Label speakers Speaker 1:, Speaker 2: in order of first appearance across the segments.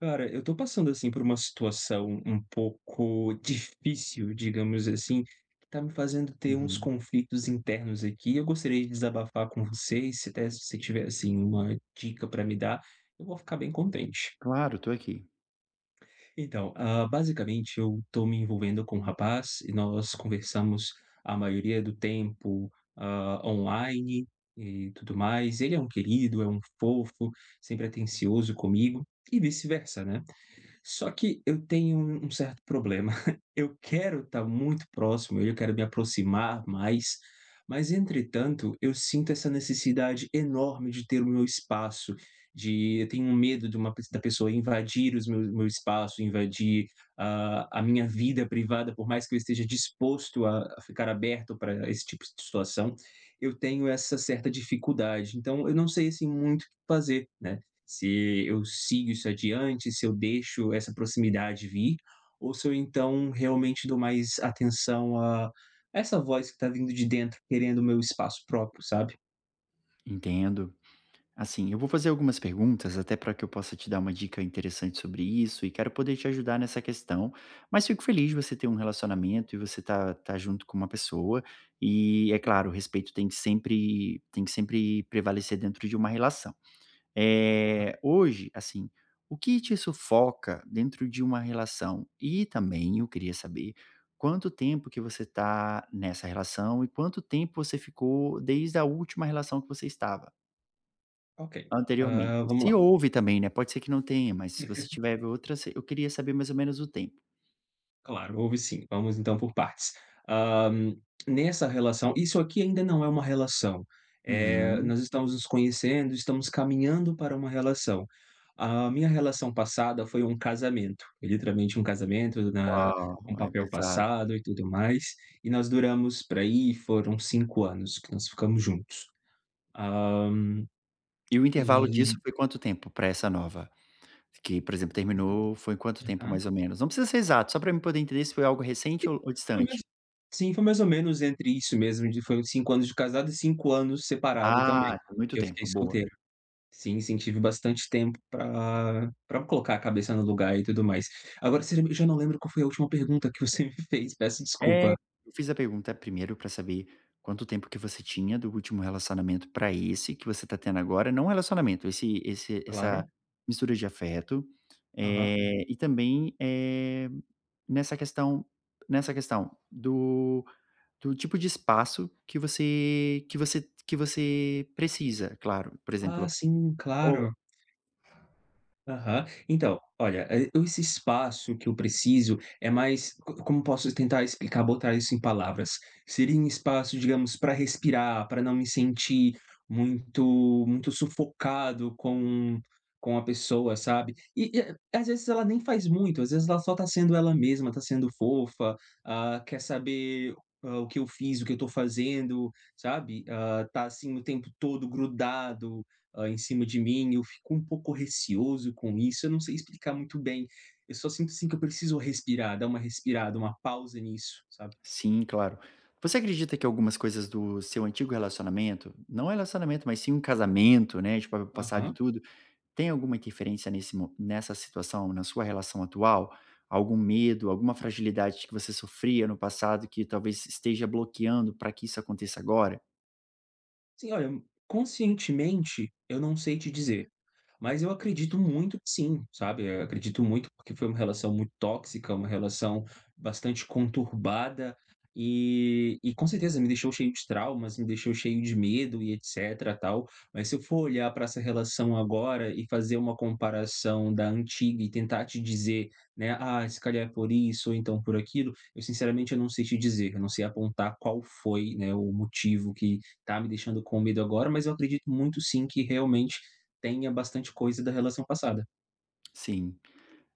Speaker 1: Cara, eu tô passando assim por uma situação um pouco difícil, digamos assim, que tá me fazendo ter uns
Speaker 2: Uhum.
Speaker 1: conflitos internos aqui. Eu gostaria de desabafar com vocês, se até se você tiver assim uma dica pra me dar, eu vou ficar bem contente.
Speaker 2: Claro, estou aqui.
Speaker 1: Então, basicamente eu tô me envolvendo com um rapaz e nós conversamos a maioria do tempo, online e tudo mais. Ele é um querido, é um fofo, sempre atencioso comigo e vice-versa, né? Só que eu tenho um certo problema. Eu quero estar muito próximo, eu quero me aproximar mais, mas entretanto, eu sinto essa necessidade enorme de ter o meu espaço, de eu tenho um medo de uma pe da pessoa invadir os meus meu espaço, invadir a minha vida privada, por mais que eu esteja disposto a ficar aberto para esse tipo de situação, eu tenho essa certa dificuldade. Então eu não sei, assim, muito o que fazer, né. Se eu sigo isso adiante, se eu deixo essa proximidade vir, ou se eu então realmente dou mais atenção a essa voz que está vindo de dentro querendo o meu espaço próprio, sabe?
Speaker 2: Entendo. Assim, eu vou fazer algumas perguntas até para que eu possa te dar uma dica interessante sobre isso e quero poder te ajudar nessa questão, mas fico feliz de você ter um relacionamento e você tá junto com uma pessoa e é claro, o respeito tem que sempre prevalecer dentro de uma relação.
Speaker 1: Ah,
Speaker 2: Hoje, assim, o que te sufoca dentro de uma relação? E também eu queria saber quanto tempo que você está nessa relação e quanto tempo você ficou desde a última relação que você estava
Speaker 1: ok,
Speaker 2: anteriormente?
Speaker 1: vamos lá.
Speaker 2: Se houve também, né, pode ser que não tenha, mas se você tiver outra, você eu queria saber mais ou menos o tempo.
Speaker 1: Claro, houve sim. Vamos então por partes. Hã, Nessa relação isso aqui ainda não é uma relação,
Speaker 2: Uhum.
Speaker 1: nós estamos nos conhecendo, estamos caminhando para uma relação. A minha relação passada foi um casamento, literalmente um casamento na
Speaker 2: Uau,
Speaker 1: com
Speaker 2: é
Speaker 1: papel
Speaker 2: pesado.
Speaker 1: passado e tudo mais, e nós duramos por aí foram 5 anos que nós ficamos juntos. Hã,
Speaker 2: E o intervalo disso
Speaker 1: e
Speaker 2: foi quanto tempo para essa nova? Que, por exemplo, terminou, foi quanto tempo mais ou menos? Não precisa ser exato, só para mim poder entender se foi algo recente
Speaker 1: Sim,
Speaker 2: ou
Speaker 1: foi mais
Speaker 2: distante.
Speaker 1: Sim, foi mais ou menos entre isso mesmo, de foi 5 anos de casado e 5 anos separado também,
Speaker 2: Ah, tem muito
Speaker 1: que eu fiquei
Speaker 2: tempo, boa.
Speaker 1: solteiro. Sim, sim, tive bastante tempo pra colocar a cabeça no lugar e tudo mais. Agora você eu já não lembro qual foi a última pergunta que você me fez, peço
Speaker 2: É,
Speaker 1: desculpa.
Speaker 2: eu fiz a pergunta primeiro pra saber quanto tempo que você tinha do último relacionamento pra esse que você tá tendo agora, não relacionamento, esse esse essa
Speaker 1: Claro.
Speaker 2: mistura de afeto,
Speaker 1: Aham.
Speaker 2: e também, nessa questão nessa questão do tipo de espaço que você precisa, claro, por
Speaker 1: Ah,
Speaker 2: exemplo.
Speaker 1: sim,
Speaker 2: Ou
Speaker 1: claro. Aham. Então, olha, esse espaço que eu preciso é mais co como posso tentar explicar, botar isso em palavras? Seria um espaço, digamos, para respirar, para não me sentir muito muito sufocado com a pessoa, sabe. E às vezes ela nem faz muito, às vezes ela só tá sendo ela mesma, tá sendo fofa, ah, quer saber, o que eu fiz, o que eu tô fazendo, sabe. Ah, tá assim o tempo todo grudado, em cima de mim, eu fico um pouco receoso com isso, eu não sei explicar muito bem. Eu só sinto, assim, que eu preciso respirar, dar uma respirada, uma pausa nisso, sabe.
Speaker 2: Sim, claro. Você acredita que algumas coisas do seu antigo relacionamento, não relacionamento, mas sim um casamento, né, tipo, passado e
Speaker 1: Aham.
Speaker 2: tudo, tem alguma interferência nesse mo nessa situação, na sua relação atual? Algum medo, alguma fragilidade que você sofria no passado que talvez esteja bloqueando para que isso aconteça agora?
Speaker 1: Sim, olha, conscientemente, eu não sei te dizer. Mas eu acredito muito que sim, sabe, eu acredito muito, porque foi uma relação muito tóxica, uma relação bastante conturbada, e com certeza me deixou cheio de traumas, me deixou cheio de medo e etcétera, tal. Mas se eu for olhar para essa relação agora e fazer uma comparação da antiga e tentar te dizer, né: "Ah, se calhar é por isso ou então por aquilo", eu sinceramente eu não sei te dizer, eu não sei apontar qual foi, né, o motivo que tá me deixando com medo agora, mas eu acredito muito sim que realmente tenha bastante coisa da relação passada.
Speaker 2: Sim.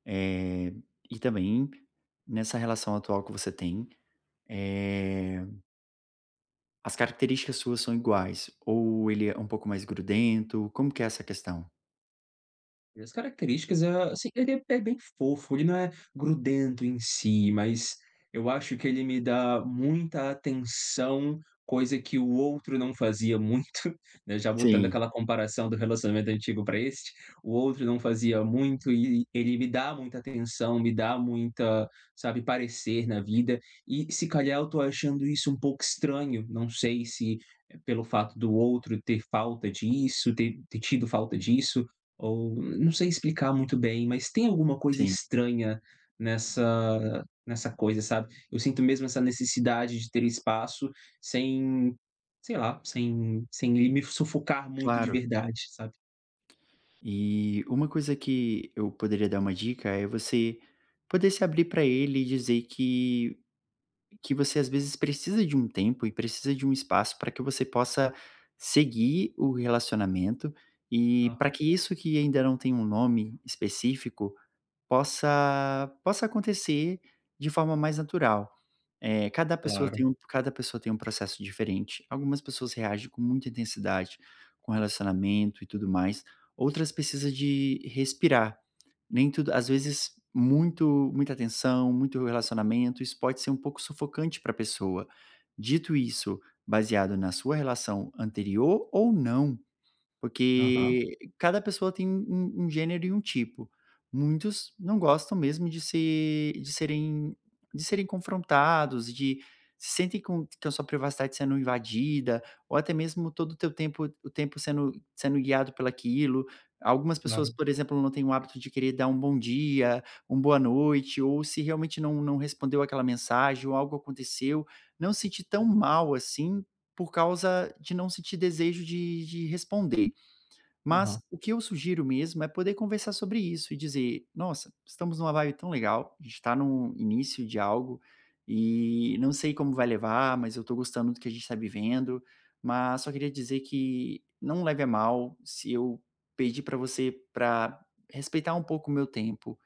Speaker 2: Eh, e também, nessa relação atual que você tem, eh, as características suas são iguais ou ele é um pouco mais grudento? Como que é essa questão?
Speaker 1: E as características, é assim, ele é bem fofo, ele não é grudento em si, mas eu acho que ele me dá muita atenção, coisa que o outro não fazia muito, né, já botando
Speaker 2: Sim.
Speaker 1: aquela comparação do relacionamento antigo para este, o outro não fazia muito e ele me dá muita atenção, me dá muita, sabe, parecer na vida, e se calhar eu tô achando isso um pouco estranho, não sei se é pelo fato do outro ter falta disso, ter tido falta disso, ou não sei explicar muito bem, mas tem alguma coisa
Speaker 2: Sim,
Speaker 1: estranha nessa coisa, sabe. Eu sinto mesmo essa necessidade de ter espaço sem, sei lá, sem me sufocar muito de
Speaker 2: claro.
Speaker 1: verdade, sabe.
Speaker 2: E uma coisa que eu poderia dar uma dica é você poder se abrir para ele e dizer que você às vezes precisa de um tempo e precisa de um espaço para que você possa seguir o relacionamento e
Speaker 1: Aham,
Speaker 2: para que isso que ainda não tem um nome específico possa acontecer de forma mais natural. Cada pessoa
Speaker 1: claro.
Speaker 2: tem um cada pessoa tem um processo diferente. Algumas pessoas reagem com muita intensidade com relacionamento e tudo mais, outras precisam de respirar. Nem tudo às vezes muito muita atenção, muito relacionamento, isso pode ser um pouco sufocante para a pessoa. Dito isso, baseado na sua relação anterior ou não,
Speaker 1: Aham,
Speaker 2: porque cada pessoa tem um gênero e um tipo. Muitos não gostam mesmo de serem confrontados, de se sentem com a sua privacidade sendo invadida, ou até mesmo todo o teu tempo o tempo sendo guiado pelaquilo. Algumas
Speaker 1: claro.
Speaker 2: pessoas, por exemplo, não têm o hábito de querer dar um bom dia, um boa noite, ou se realmente não respondeu aquela mensagem ou algo aconteceu, não se sentir tão mal assim, por causa de não sentir desejo de responder. Mas
Speaker 1: Aham,
Speaker 2: o que eu sugiro mesmo é poder conversar sobre isso e dizer: "Nossa, estamos numa vibe tão legal, a gente está no início de algo e não sei como vai levar, mas eu estou gostando do que a gente está vivendo, mas só queria dizer que não leve a mal se eu pedir para você para respeitar um pouco o meu tempo,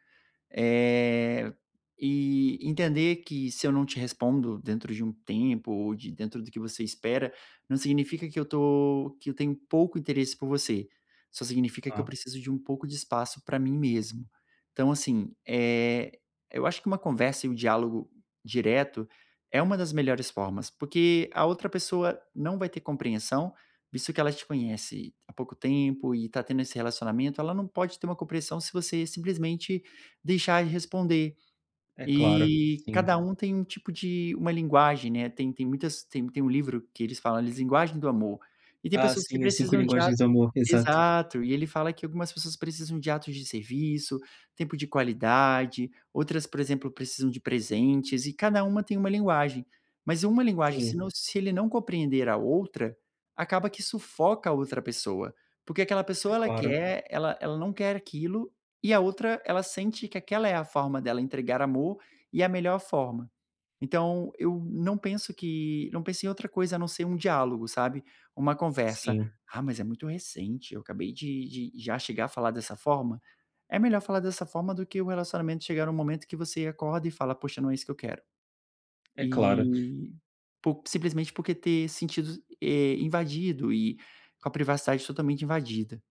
Speaker 2: eh, e entender que se eu não te respondo dentro de um tempo ou de dentro do que você espera, não significa que eu tenho pouco interesse por você, só significa que eu
Speaker 1: tá.
Speaker 2: preciso de um pouco de espaço para mim mesmo. Então assim, eu acho que uma conversa e o diálogo direto é uma das melhores formas, porque a outra pessoa não vai ter compreensão, visto que ela te conhece há pouco tempo e está tendo esse relacionamento, ela não pode ter uma compreensão se você simplesmente deixar de responder.
Speaker 1: É claro,
Speaker 2: E
Speaker 1: sim.
Speaker 2: cada um tem um tipo de uma linguagem, né, tem tem muitas tem tem um livro que eles falam: eles "Linguagem do amor", e tem
Speaker 1: Ah,
Speaker 2: pessoas que
Speaker 1: sim, as 5
Speaker 2: precisam de.
Speaker 1: linguagens do amor, exato.
Speaker 2: Exato, e ele fala que algumas pessoas precisam de atos de serviço, tempo de qualidade, outras, por exemplo, precisam de presentes e cada uma tem uma linguagem. Mas uma linguagem,
Speaker 1: Sim,
Speaker 2: se ele não compreender a outra, acaba que sufoca a outra pessoa, porque aquela
Speaker 1: é
Speaker 2: pessoa ela
Speaker 1: claro.
Speaker 2: quer ela ela não quer aquilo e a outra ela sente que aquela é a forma dela entregar amor e a melhor forma. Então, eu não penso em outra coisa a não ser um diálogo, sabe, uma conversa.
Speaker 1: Sim,
Speaker 2: "Ah, mas é muito recente, eu acabei de já chegar a falar dessa forma". É melhor falar dessa forma do que o relacionamento chegar num momento que você acorda e fala: "Poxa, não é isso que eu quero".
Speaker 1: é claro.
Speaker 2: E po simplesmente porque ter sentido, invadido e com a privacidade totalmente invadida.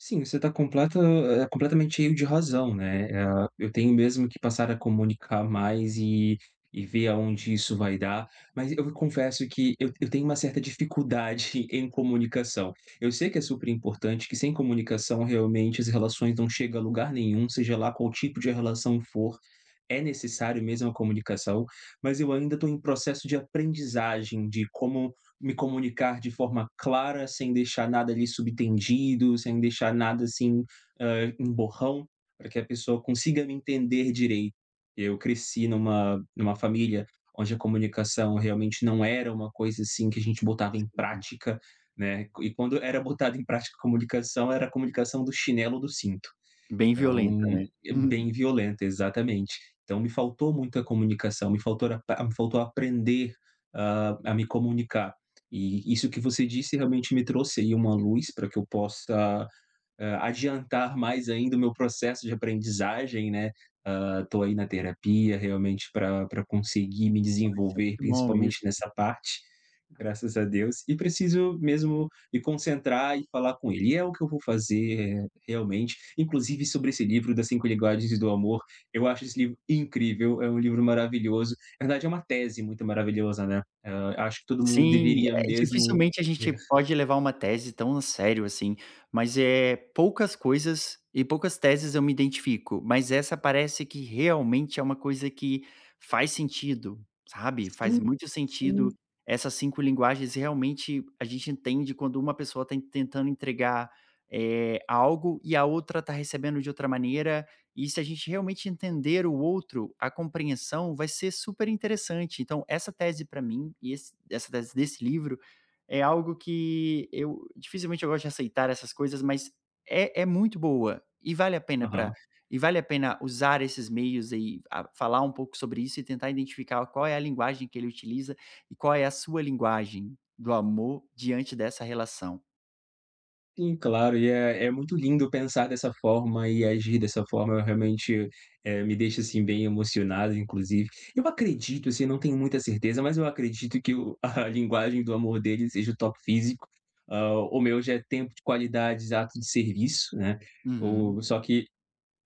Speaker 1: Sim, você está completa completamente cheio de razão, né, eu tenho mesmo que passar a comunicar mais e ver aonde isso vai dar, mas eu confesso que eu tenho uma certa dificuldade em comunicação. Eu sei que é super importante, que sem comunicação realmente as relações não chegam a lugar nenhum, seja lá qual tipo de relação for, é necessário mesmo a comunicação, mas eu ainda estou em processo de aprendizagem de como me comunicar de forma clara, sem deixar nada ali subtendido, sem deixar nada assim, em borrão, para que a pessoa consiga me entender direito. Eu cresci numa família onde a comunicação realmente não era uma coisa, assim, que a gente botava em prática, né, e quando era botada em prática a comunicação, era a comunicação do chinelo ou do cinto.
Speaker 2: Bem violenta,
Speaker 1: Então,
Speaker 2: né.
Speaker 1: é bem violenta, exatamente. Então me faltou muita comunicação, me faltou aprender, a me comunicar. E isso que você disse realmente me trouxe aí uma luz para que eu possa adiantar mais ainda o meu processo de aprendizagem, né. Estou aí na terapia realmente para conseguir me
Speaker 2: Nossa, é
Speaker 1: desenvolver,
Speaker 2: muito bom
Speaker 1: principalmente
Speaker 2: isso.
Speaker 1: nessa parte, graças a Deus, e preciso mesmo me concentrar e falar com ele. E é o que eu vou fazer é, realmente, inclusive sobre esse livro das 5 linguagens do amor, eu acho esse livro incrível, é um livro maravilhoso. Na verdade é uma tese muito maravilhosa, né. Hã, acho que todo mundo
Speaker 2: Sim,
Speaker 1: deveria mesmo
Speaker 2: dificilmente a gente
Speaker 1: ler.
Speaker 2: pode levar uma tese tão a sério assim, mas, é poucas coisas e poucas teses eu me identifico, mas essa parece que realmente é uma coisa que faz sentido, sabe,
Speaker 1: Sim,
Speaker 2: faz muito
Speaker 1: sim.
Speaker 2: sentido. Essas 5 linguagens realmente a gente entende quando uma pessoa está tentando entregar, algo e a outra está recebendo de outra maneira e se a gente realmente entender o outro, a compreensão vai ser super interessante. Então, essa tese para mim e essa tese desse livro é algo que eu dificilmente eu gosto de aceitar essas coisas, mas é muito boa e vale a pena para
Speaker 1: Aham.
Speaker 2: e vale a pena usar esses meios e falar um pouco sobre isso e tentar identificar qual é a linguagem que ele utiliza e qual é a sua linguagem do amor diante dessa relação.
Speaker 1: Sim, claro, e é muito lindo pensar dessa forma e agir dessa forma, eu realmente, me deixa, assim, bem emocionado, inclusive. Eu acredito, assim, não tenho muita certeza, mas eu acredito que o a linguagem do amor dele seja o toque físico, o meu já é tempo de qualidades, ato de serviço, né,
Speaker 2: Uhum.
Speaker 1: o só que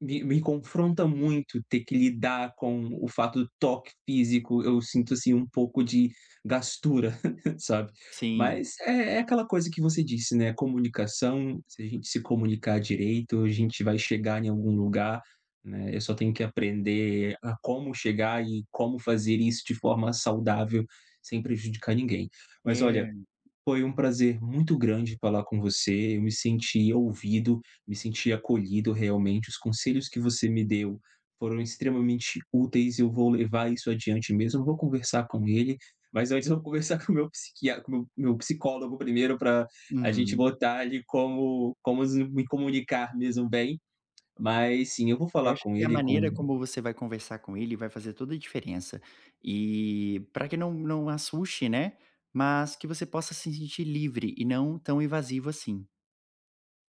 Speaker 1: me confronta muito ter que lidar com o fato do toque físico. Eu sinto assim um pouco de gastura, sabe?
Speaker 2: Sim.
Speaker 1: Mas é, é aquela coisa que você disse, né? Comunicação, se a gente se comunicar direito, a gente vai chegar em algum lugar, né? Eu só tenho que aprender a como chegar e como fazer isso de forma saudável, sem prejudicar ninguém. Mas olha,
Speaker 2: É.
Speaker 1: foi um prazer muito grande falar com você, eu me senti ouvido, me senti acolhido realmente, os conselhos que você me deu foram extremamente úteis, eu vou levar isso adiante mesmo, vou conversar com ele, mas antes eu vou conversar com o meu psiquiatra, com o meu psicólogo primeiro para a gente
Speaker 2: Uhum.
Speaker 1: botar ali como como me comunicar mesmo bem, mas sim, eu vou
Speaker 2: Eu
Speaker 1: falar
Speaker 2: acho
Speaker 1: com
Speaker 2: que a
Speaker 1: ele, com
Speaker 2: maneira como você vai conversar com ele vai fazer toda a diferença. E para que não assuste, né, mas que você possa se sentir livre e não tão invasivo assim.